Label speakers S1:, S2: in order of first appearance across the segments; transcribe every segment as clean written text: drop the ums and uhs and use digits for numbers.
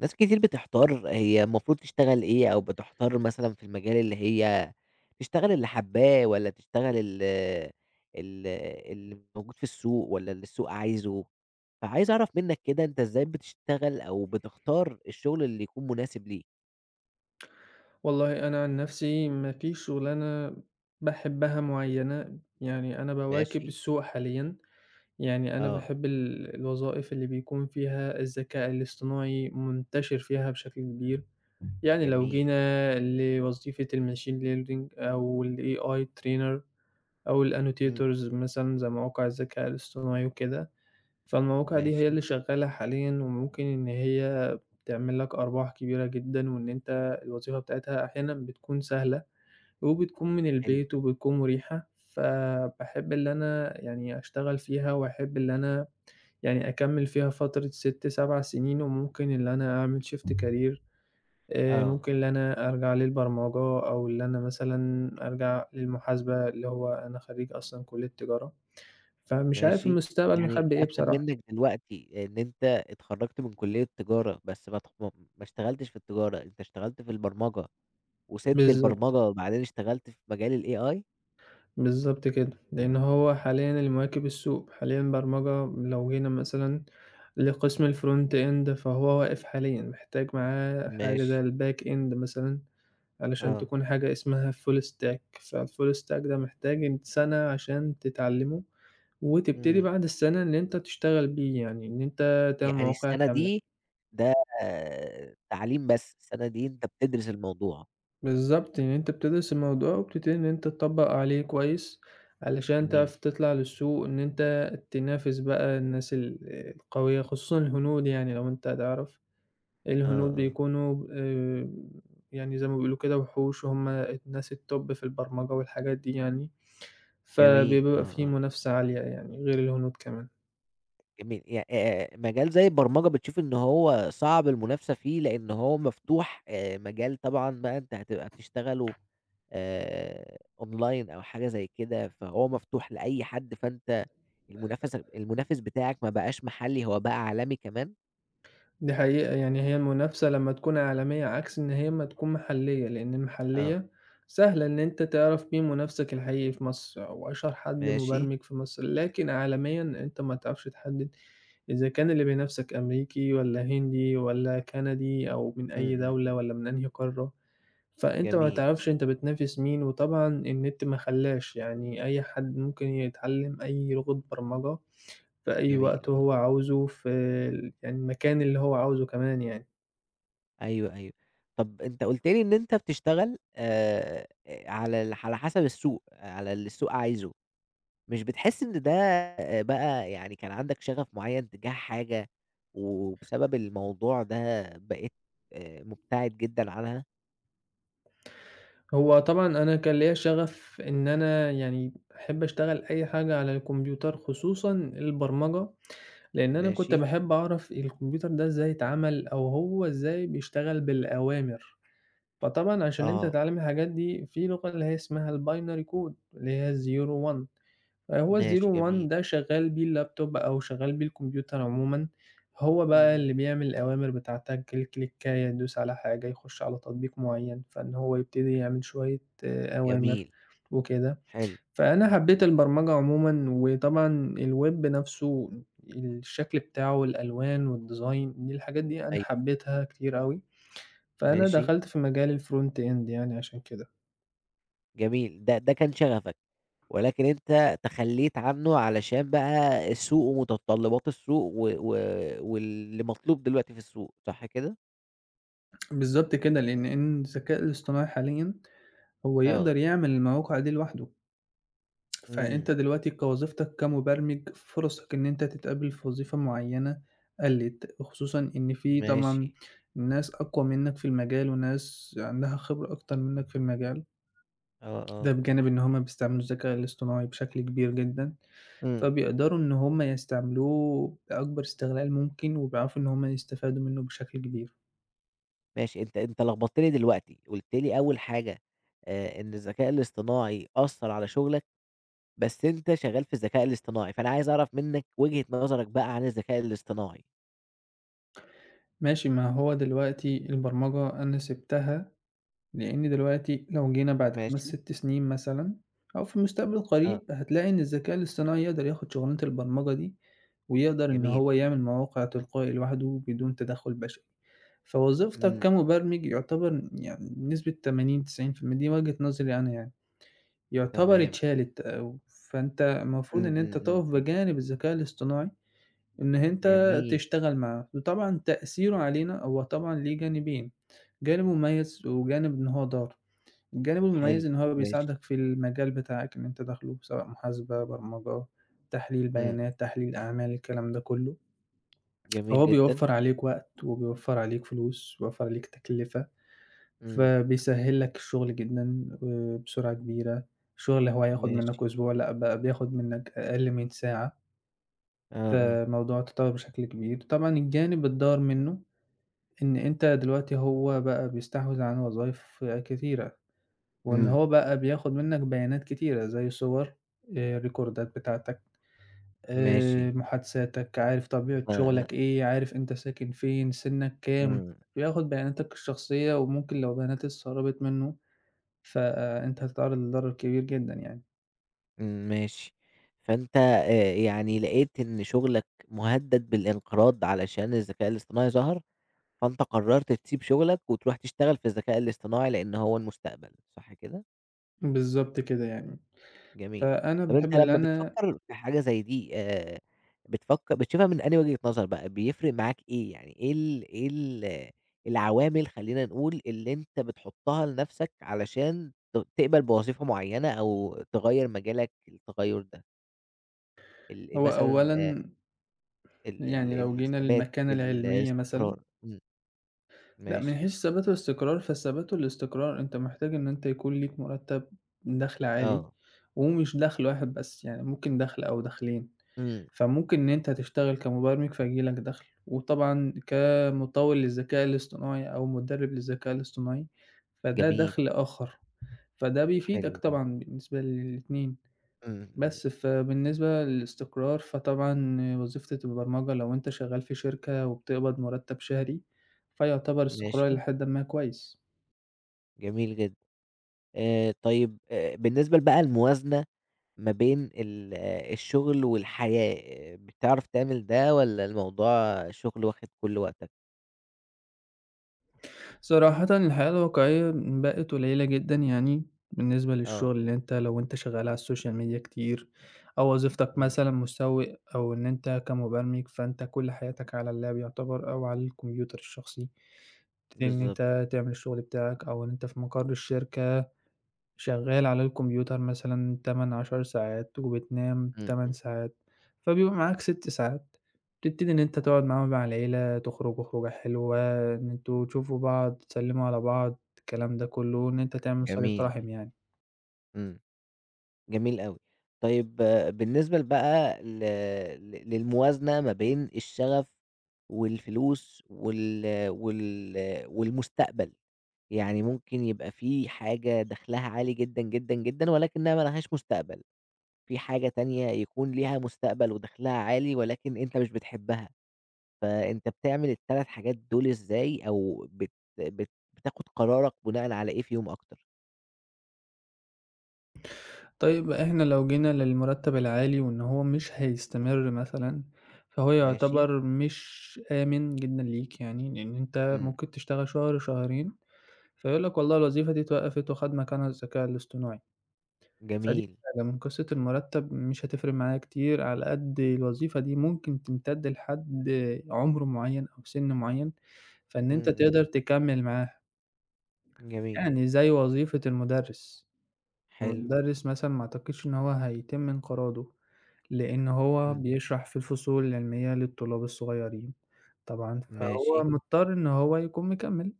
S1: ناس كتير بتحتار هي المفروض تشتغل إيه، أو بتحتار مثلًا في المجال اللي هي تشتغل اللي حاباه، والّا تشتغل ال اللي موجود في السوق والّا اللي السوق عايزه، فعايز أعرف منّك كده أنت إزاي بتشتغل أو بتختار الشغل اللي يكون مناسب ليك؟
S2: والله أنا عن نفسي ما فيش شغلانة باحبها معيّنة، يعني أنا باواكب
S1: ماشي.
S2: السوق حاليًا، يعني أنا
S1: آه.
S2: باحب ال الوظائف اللي بيكون فيها الذكاء الاصطناعي منتشر فيها بشكل كبير، يعني لو
S1: جميل.
S2: جينا لوظيفة الmachine learning أو الAI trainer أو
S1: إمم.
S2: الannotators مثلًا زي مواقع الذكاء الاصطناعي وكده، فالمواقع دي هي
S1: ماشي.
S2: اللي شغالة حاليًا وممكن إن هي تعمل لك أرباح كبيرة جدًا، وإن أنت الوظيفة بتاعتها أحيانًا بتكون سهلة. وبتكون من
S1: حلو.
S2: البيت وبتكون مريحة، فباحب اللي أنا يعني أشتغل فيها وأحب اللي أنا يعني أكمّل فيها فترة 6، 7 سنين وممكن اللي أنا أعمل shift career
S1: آه.
S2: ممكن اللي أنا أرجع للبرمجة أو اللي أنا مثلًا أرجع للمحاسبة اللي هو أنا خرّيج أصلًا كُلّية تجارة، فمش عارف
S1: ماشي.
S2: المستقبل
S1: يعني
S2: مخبّي إيه
S1: أفهم
S2: بصراحة.
S1: منّك دلوقتي إن أنت اتخرّجت من كلية تجارة، بس ما تخ ما ما اشتغلتش في التجارة، أنت اشتغلت في البرمجة. وسِبت
S2: بالضبط.
S1: البرمجة وبعدين اشتغلت في مجال الAI؟
S2: بالضبط كده، لإن هو حاليًا اللي مواكب السوق، حاليًا البرمجة لو جينا مثلًا لقسم الfront end فهو واقف حاليًا، محتاج معاه حاجة
S1: ماشي.
S2: زي الback end مثلًا علشان
S1: آه.
S2: تكون حاجة اسمها full stack، فالfull stack ده محتاج أنت سَنة عشان تتعلمه، وتبتدي
S1: إمم.
S2: بعد السَنة إن أنت تشتغل بيه، يعني إن أنت تعمل
S1: يعني
S2: مواقع
S1: السَنة دي
S2: كاملة.
S1: ده تعليم بس، السَنة دي أنت بتدرس الموضوع.
S2: بالضبط، يعني أنت بتدرس الموضوع وبتبتدي إن أنت تطبّق عليه كويس، علشان
S1: جميل.
S2: تعرف تطلع للسوق إن أنت تنافس بقى الناس القوية، خصوصًا الهنود يعني لو أنت هتعرف،
S1: آه.
S2: الهنود
S1: آه.
S2: بيكونوا، يعني زي ما بيقولوا كده وحوش وهُم الناس الtop في البرمجة والحاجات دي يعني،
S1: جميل. آه.
S2: فبيبقى في
S1: آه.
S2: منافسة عالية يعني غير الهنود كمان.
S1: جميل. ي مجال زي البرمجة بتشوف إن هو صعب المنافسة فيه لإن هو مفتوح، مجال طبعًا بقى أنت هتبقى بتشتغله آآ online أو حاجة زي كده، فهو مفتوح لأي حد، فأنت المنافس بتاعك ما بقاش محلي، هو بقى عالمي كمان؟
S2: دي حقيقة، يعني هي المنافسة لمّا تكون عالمية عكس إن هي أمّا تكون محلية، لإن
S1: آه.
S2: المحلية سهلة إن أنت تعرف مين منافسك الحقيقي في مصر أو أشهر حد
S1: ماشي.
S2: مبرمج في مصر، لكن عالميًا أنت ما تعرفش تحدد إذا كان اللي بينافسك أمريكي والّا هندي والّا كندي أو من
S1: إمم.
S2: أي
S1: إمم.
S2: دولة
S1: إمم.
S2: والّا من أنهي قارة، فأنت ما
S1: جميل.
S2: تعرفش أنت بتنافس مين، وطبعًا النت ما خلاش، يعني أي حد ممكن يتعلم أي لغة برمجة في أي وقت
S1: جميل آه.
S2: هو عاوزه، في يعني المكان اللي هو عاوزه كمان يعني.
S1: أيوه. أيوه. طب أنت قُلت لي إن أنت بتشتغل على ال على حسب السوق، على اللي السوق عايزه. مش بتحس إن ده بقى يعني كان عندك شغف معيّن تجاه حاجة، وبسبب الموضوع ده بقيت مبتعد جدًا عنها؟
S2: هو طبعًا أنا كان ليّا شغف إن أنا يعني أحب أشتغل أي حاجة على الكمبيوتر، خصوصًا البرمجة، لإن أنا كنت
S1: ماشي.
S2: باحب أعرف الكمبيوتر ده إزاي اتعمل، أو هو إزاي بيشتغل بالأوامر. فطبعًا عشان أنت
S1: آه.
S2: تتعلم الحاجات دي، في لغة اللي هي اسمها الBinary Code اللي هي 0 و1. هو الzero
S1: ماشي
S2: one
S1: جميل.
S2: ده شغّال بيه اللابتوب أو شغّال بيه الكمبيوتر عمومًا، هو
S1: إمم.
S2: بقى
S1: إمم.
S2: اللي بيعمل الأوامر بتاعتك الكليكاية تدوس على حاجة، يخُش على تطبيق معيّن، فإن هو يبتدي يعمل شوية أوامر
S1: جميل.
S2: وكده.
S1: حلو.
S2: فأنا حبّيت البرمجة عمومًا، وطبعًا الweb نَفْسه الشكل بتاعه، الألوان والdesign دي الحاجات دي أنا
S1: أيوه.
S2: حبّيتها كتير أوي، فأنا
S1: ماشي.
S2: دخلت في مجال الfront end يعني عشان كده.
S1: جميل. ده كان شغفك، ولكن أنت تخلّيت عنه علشان بقى السوق ومتطلبات السوق و و واللي مطلوب دلوقتي في السوق، صح كده؟
S2: بالضبط كده، لإن إن الذكاء الاصطناعي حاليًا هو
S1: آه.
S2: يقدر يعمل المواقع دي لوحده، فأنت
S1: إمم.
S2: دلوقتي كوظيفتك كمبرمج فرصك إن أنت تتقابل في وظيفة معيّنة قلِّت، خصوصًا إن في طبعًا
S1: ماشي.
S2: ناس أقوى منّك في المجال وناس عندها خبرة أكتر منّك في المجال،
S1: آه.
S2: ده
S1: آه. آه.
S2: بجانب إن هم بيستعملوا الذكاء الاصطناعي بشكل كبير جدًا،
S1: إمم.
S2: فبيقدروا إن هم يستعملوه بأكبر استغلال ممكن وبيعرفوا إن هم يستفادوا منّه بشكل كبير.
S1: ماشي، أنت لخبطت لي دلوقتي، قُلت لي أول حاجة إن الذكاء الاصطناعي أثّر على شغلك، بس أنت شغال في الذكاء الاصطناعي، فأنا عايز أعرف منّك وجهة نظرك بقى عن الذكاء الاصطناعي.
S2: ماشي، ما هو دلوقتي البرمجة أنا سِبتها لإن دلوقتي لو جينا بعد 5،
S1: ماشي؟
S2: 6 سنين مثلًا أو في المستقبل
S1: آه.
S2: القريب، هتلاقي إن الذكاء الاصطناعي يقدر ياخد شغلانة البرمجة دي، ويقدر إن
S1: جميل.
S2: هو يعمل مواقع تلقائي لوحده بدون تدخُّل بشري. فوظيفتك
S1: إمم.
S2: كمبرمج يعتبر يعني بنسبة 80، 90% دي وجهة نظري أنا يعني، يعتبر
S1: تمام.
S2: اتشالت أو فأنت
S1: إمم.
S2: المفروض إن أنت
S1: إمم.
S2: تقف
S1: إمم. إمم.
S2: بجانب الذكاء الاصطناعي إن أنت
S1: جميل.
S2: تشتغل معاه. وطبعًا تأثيره علينا هو طبعًا ليه جانبين، جانب مميز وجانب إن هو ضار. جانبه
S1: حلو.
S2: المميز إن هو
S1: ماشي.
S2: بيساعدك في المجال بتاعك اللي أنت داخله، سواء محاسبة، برمجة، تحليل
S1: إمم.
S2: بيانات، تحليل أعمال، الكلام ده كله،
S1: جميل
S2: فهو
S1: جدًا.
S2: بيوفّر عليك وقت وبيوفّر عليك فلوس، وبيوفّر عليك تكلفة،
S1: إمم.
S2: فبيسهّل لك الشغل جدًا بسرعة كبيرة، الشغل اللي هو هياخد
S1: ماشي.
S2: منّك أسبوع لأ بقى بياخد منّك أقل من ساعة،
S1: آه. آه.
S2: فالموضوع تطوّر بشكل كبير. طبعًا الجانب الضار منّه إن أنت دلوقتي هو بقى بيستحوذ على وظايف كتيرة. وإن
S1: إمم.
S2: هو بقى بياخد منّك بيانات كتيرة زي صور، ريكوردات بتاعتك،
S1: ماشي.
S2: محادثاتك، عارف طبيعة
S1: آه. آه.
S2: شغلك إيه، عارف أنت ساكن فين، سِنّك كام،
S1: إمم.
S2: بياخد بياناتك الشخصية وممكن لو بيانات اتسربت منّه، فأنت هتتعرّض لضرر كبير جدًا يعني.
S1: إمم. ماشي. فأنت يعني لقيت إن شغلك مهدد بالانقراض علشان الذكاء الاصطناعي ظهر، فأنت قررت تسيب شغلك وتروح تشتغل في الذكاء الاصطناعي، لأن هو المستقبل، صح كده؟
S2: بالضبط كده يعني.
S1: جميل.
S2: فأنا
S1: طب أنت
S2: باحب اللي
S1: لمّا
S2: أنا
S1: بتفكر في حاجة زي دي بتفكر بتشوفها من أنهي وجهة نظر بقى، بيفرق معاك إيه؟ يعني إيه العوامل خلّينا نقول اللي أنت بتحطها لنفسك علشان تقبل بوظيفة معينة أو تغيّر مجالك التغيُّر ده؟
S2: هو
S1: مثلًا
S2: أولًا
S1: ال ال
S2: يعني لو جينا
S1: الثبات،
S2: للمكانة العلمية مثلًا
S1: الاستقرار. إمم.
S2: لأ، من
S1: ماشي.
S2: حيث الثبات والاستقرار، فالثبات والاستقرار أنت محتاج إن أنت يكون ليك مرتب دخل عالي،
S1: آه.
S2: ومش دخل واحد بس، يعني ممكن دخل أو دخلين،
S1: إمم.
S2: فممكن إن أنت تشتغل كمبرمج فييجي لك دخل، وطبعًا كمطوّل للذكاء الاصطناعي أو مدرب للذكاء الاصطناعي، فده
S1: جميل.
S2: دخل آخر، فده بيفيدك
S1: حلو أوي.
S2: طبعًا بالنسبة للاتنين.
S1: إمم. إمم.
S2: بس فبالنسبة للاستقرار فطبعًا وظيفة البرمجة لو أنت شغال في شركة وبتقبض مرتب شهري، فيعتبر استقرار
S1: ماشي.
S2: إلى حدٍ ما كويس.
S1: جميل جدًا. طيب بالنسبة بقى الموازنة ما بين الشغل والحياة، بتعرف تعمل ده والّا الموضوع الشغل واخد كل وقتك؟
S2: صراحةً الحياة الواقعية بقت قليلة جدًا يعني بالنسبة
S1: آه.
S2: للشغل، اللي أنت لو أنت شغال على الsocial media كتير أو وظيفتك
S1: إمم.
S2: مثلًا مسوق أو إن أنت كمبرمج، فأنت كل حياتك على اللاب يعتبر أو على الكمبيوتر الشخصي، إن
S1: بالضبط.
S2: أنت تعمل الشغل بتاعك أو إن أنت في مقر الشركة شغال على الكمبيوتر مثلًا 8، 10 ساعات وبتنام
S1: إمم.
S2: 8
S1: إمم.
S2: ساعات، فبيبقى معاك 6 ساعات، تبتدي إن أنت تقعد معاهم مع العيلة، تخرجوا خروجة حلوة، إن أنتم تشوفوا بعض، تسلموا على بعض، الكلام ده كله، وإن أنت تعمل صلة
S1: جميل.
S2: رحم يعني.
S1: إمم. جميل أوي. طيب آه، بالنسبة بقى ل ل للموازنة ما بين الشغف والفلوس وال والمستقبل، يعني ممكن يبقى في حاجة دخلها عالي جدًا، جدًا، جدًا، ولكنها ما لهاش مستقبل، في حاجة تانية يكون ليها مستقبل ودخلها عالي ولكن أنت مش بتحبها، فأنت بتعمل ال3 حاجات دول إزاي أو بت بت بتاخد قرارك بناءً على إيه فيهم أكتر؟
S2: طيب إحنا لو جينا للمرتب العالي وإن هو مش هيستمر مثلًا، فهو
S1: ماشي.
S2: يعتبر مش آمن جدًا ليك يعني، لإن أنت
S1: إمم.
S2: ممكن تشتغل شهر، شهرين، فيقول لك والله الوظيفة دي اتوقفت وخد مكانها الذكاء الاصطناعي. فدي
S1: جميل.
S2: فعلًا قصة المرتب مش هتفرق معايا كتير، على قد الوظيفة دي ممكن تمتد لحد عُمر معيّن أو سِن معيّن، فإن أنت
S1: إمم. إمم.
S2: تقدر تكمّل معاه،
S1: جميل.
S2: يعني زي وظيفة المدرس،
S1: حلو.
S2: المدرس مثلًا ما أعتقدش إن هو هيتم انقراضه، لإن هو
S1: إمم.
S2: بيشرح في الفصول العلمية للطلاب الصغيّرين طبعًا، فهو
S1: ماشي.
S2: مضطر إن هو يكون مكمّل،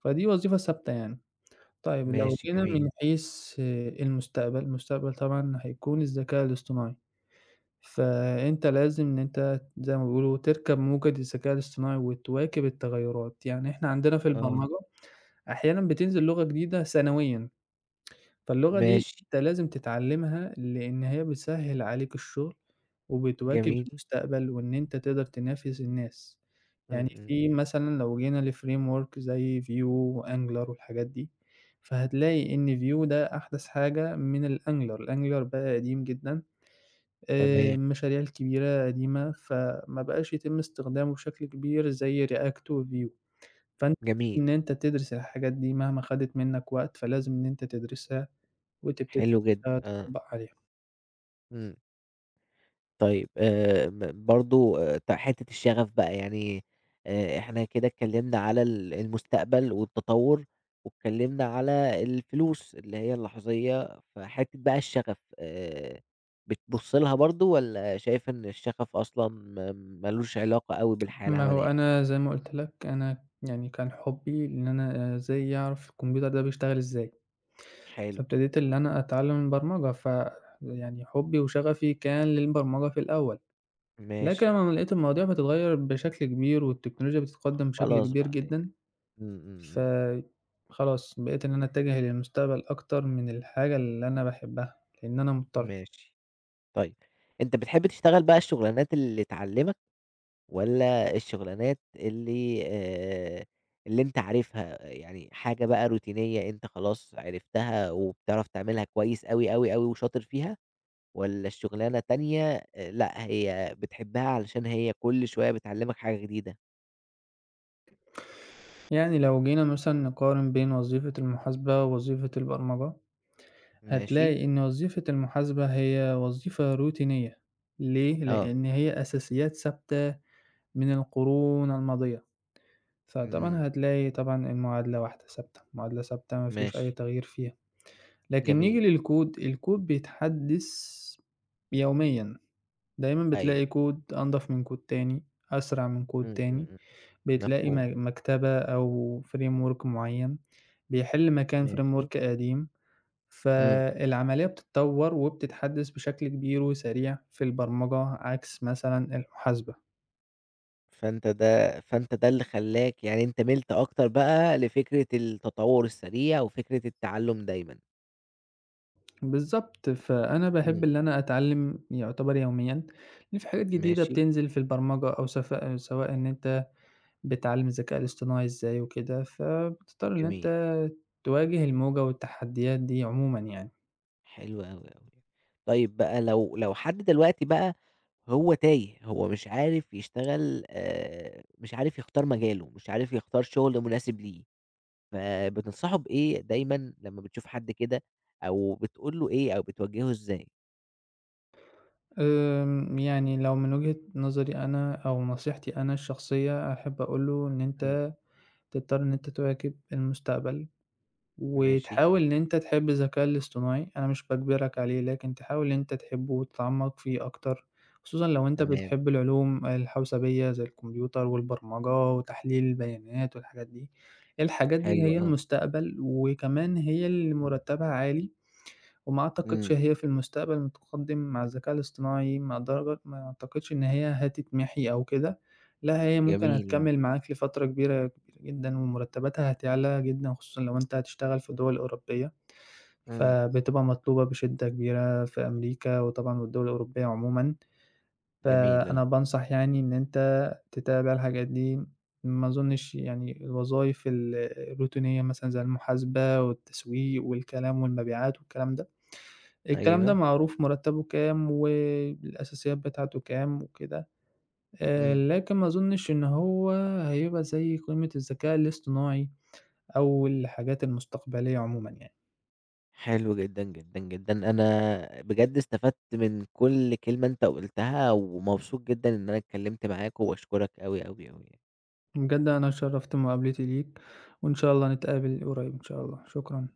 S2: فدي وظيفة ثابتة يعني. طيب لو
S1: ماشي
S2: جينا
S1: جميل.
S2: من حيث المستقبل، المستقبل طبعًا هيكون الذكاء الاصطناعي. فأنت لازم إن أنت زي ما بيقولوا تركب موجة الذكاء الاصطناعي وتواكب التغيرات، يعني إحنا عندنا في
S1: آه.
S2: البرمجة أحيانًا بتنزل لغة جديدة سنويًا، فاللغة دي
S1: ماشي.
S2: أنت لازم تتعلمها لإن هي بتسهّل عليك الشغل، وبتواكب
S1: جميل.
S2: المستقبل وإن أنت تقدر تنافس الناس، يعني
S1: إمم. إمم.
S2: في مثلًا لو جينا لframework زي Vue وAngular والحاجات دي، فهتلاقي إن Vue ده أحدث حاجة من الAngular، الAngular بقى قديم جدًا.
S1: تمام.
S2: المشاريع الكبيرة قديمة، فما بقاش يتم استخدامه بشكل كبير زي react وvue، فأنت لازم
S1: جميل.
S2: إن أنت تدرس الحاجات دي مهما خدت منّك وقت، فلازم إن أنت تدرسها وتبتدي
S1: حلو جدًا. آه.
S2: تطبّق عليها.
S1: إمم. طيب برضه حتة الشغف بقى يعني إحنا كده اتكلمنا على المستقبل والتطور، واتكلمنا على الفلوس اللي هي اللحظية، فحتة بقى الشغف بتبُص لها برضه والّا شايف إن الشغف أصلًا ما لوش علاقة أوي بالحياة
S2: ما هو
S1: العملية؟
S2: أنا زي ما قُلت لك، أنا يعني كان حُبّي إن أنا إزاي أعرف الكمبيوتر ده بيشتغل إزاي،
S1: حلو.
S2: فابتديت اللي أنا أتعلّم البرمجة، يعني حُبّي وشغفي كان للبرمجة في الأول، لكن
S1: ماشي.
S2: لمّا لقيت المواضيع بتتغيّر بشكل كبير والتكنولوجيا بتتقدّم بشكل
S1: خلاص
S2: كبير
S1: بقى يعني
S2: جدًا،
S1: إمم. إمم. إمم.
S2: فخلاص بقيت إن أنا أتجه للمستقبل أكتر من الحاجة اللي أنا باحبها، لإن أنا مضطر.
S1: ماشي. طيب أنت بتحب تشتغل بقى الشغلانات اللي تعلّمك والّا الشغلانات اللي اللي أنت عارفها، يعني حاجة بقى روتينية أنت خلاص عرفتها وبتعرف تعملها كويس أوي، أوي، أوي وشاطر فيها، والّا الشغلانة تانية لأ هي بتحبها علشان هي كل شوية بتعلّمك حاجة جديدة؟
S2: يعني لو جينا مثلًا نقارن بين وظيفة المحاسبة ووظيفة البرمجة،
S1: ماشي.
S2: هتلاقي إن وظيفة المحاسبة هي وظيفة روتينية، ليه؟
S1: آه.
S2: لإن هي أساسيات ثابتة من القرون الماضية، فطبعًا
S1: إمم.
S2: هتلاقي طبعًا المعادلة واحدة ثابتة، معادلة ثابتة ما فيش أي
S1: ماشي.
S2: تغيير فيها. لكن نيجي
S1: جميل.
S2: للكود، الكود بيتحدّث يوميًا. دايمًا
S1: أيوه.
S2: بتلاقي كود أنضف من كود تاني، أسرع من كود
S1: إمم. إمم.
S2: تاني،
S1: إمم.
S2: بتلاقي
S1: مفهوم.
S2: مكتبة أو framework معيّن بيحل مكان
S1: ماشي.
S2: framework قديم،
S1: إمم.
S2: فالعملية بتتطور وبتتحدث بشكل كبير وسريع في البرمجة عكس مثلًا المحاسبة.
S1: فأنت ده اللي خلّاك يعني أنت مِلت أكتر بقى لفكرة التطوّر السريع وفكرة التعلُّم دايمًا.
S2: بالضبط، فأنا باحب
S1: إمم.
S2: اللي أنا أتعلم يعتبر يوميًا، لأن في حاجات جديدة
S1: ماشي.
S2: بتنزل في البرمجة أو سواء إن أنت بتعلّم الذكاء الاصطناعي إزاي وكده، فبتضطر إن أنت
S1: جميل.
S2: تواجه الموجة والتحديات دي عمومًا يعني.
S1: حلو أوي، أوي. طيب بقى لو حد دلوقتي بقى هو تايه، هو مش عارف يشتغل مش عارف يختار مجاله، مش عارف يختار شُغل مناسب ليه، فبتنصحه بإيه دايمًا لمّا بتشوف حد كده أو بتقول له إيه أو بتوجّهه إزاي؟
S2: يعني لو من وجهة نظري أنا أو نصيحتي أنا الشخصية، أحب أقول له إن
S1: إمم.
S2: أنت تضطر إن أنت تواكب المستقبل.
S1: ماشي.
S2: وتحاول إن أنت تحب الذكاء الاصطناعي، أنا مش باجبرك عليه، لكن تحاول إن أنت تحبه وتتعمّق فيه أكتر، خصوصًا لو أنت
S1: تمام.
S2: بتحب العلوم الحوسبية زي الكمبيوتر والبرمجة وتحليل البيانات والحاجات دي، الحاجات دي
S1: حلو
S2: هي
S1: آه.
S2: المستقبل، وكمان هي اللي مرتبها عالي. وما أعتقدش
S1: إمم.
S2: هي في المستقبل متقدم مع الذكاء الاصطناعي مع درجة ما أعتقدش إن هي هتتمحي أو كده، لأ هي ممكن
S1: جميل.
S2: هتكمّل معاك لفترة كبيرة كبيرة جدًا ومرتباتها هتعلى جدًا خصوصًا لو أنت هتشتغل في دول أوروبية،
S1: إمم.
S2: فبتبقى مطلوبة بشدة كبيرة في أمريكا وطبعًا والدول الأوروبية عمومًا،
S1: جميل آه.
S2: فأنا بانصح يعني إن أنت تتابع الحاجات دي، ما أظنش يعني الوظايف الروتينية مثلًا زي المحاسبة والتسويق والكلام والمبيعات والكلام ده الكلام ده
S1: أيوه.
S2: معروف مرتّبه كام والأساسيات بتاعته كام وكده،
S1: إمم.
S2: لكن ما أظُنّش إن هو هيبقى زي قيمة الذكاء الاصطناعي أو الحاجات المستقبلية عمومًا يعني.
S1: حلو جدًا، جدًا، جدًا، أنا بجد استفدت من كل كلمة أنت قُلتها، ومبسوط جدًا إن أنا اتكلمت معاك، وباشكرك أوي، أوي، أوي.
S2: بجد أنا اتشرّفت بمقابلتي ليك وإن شاء الله نتقابل قريب إن شاء الله، شكرًا.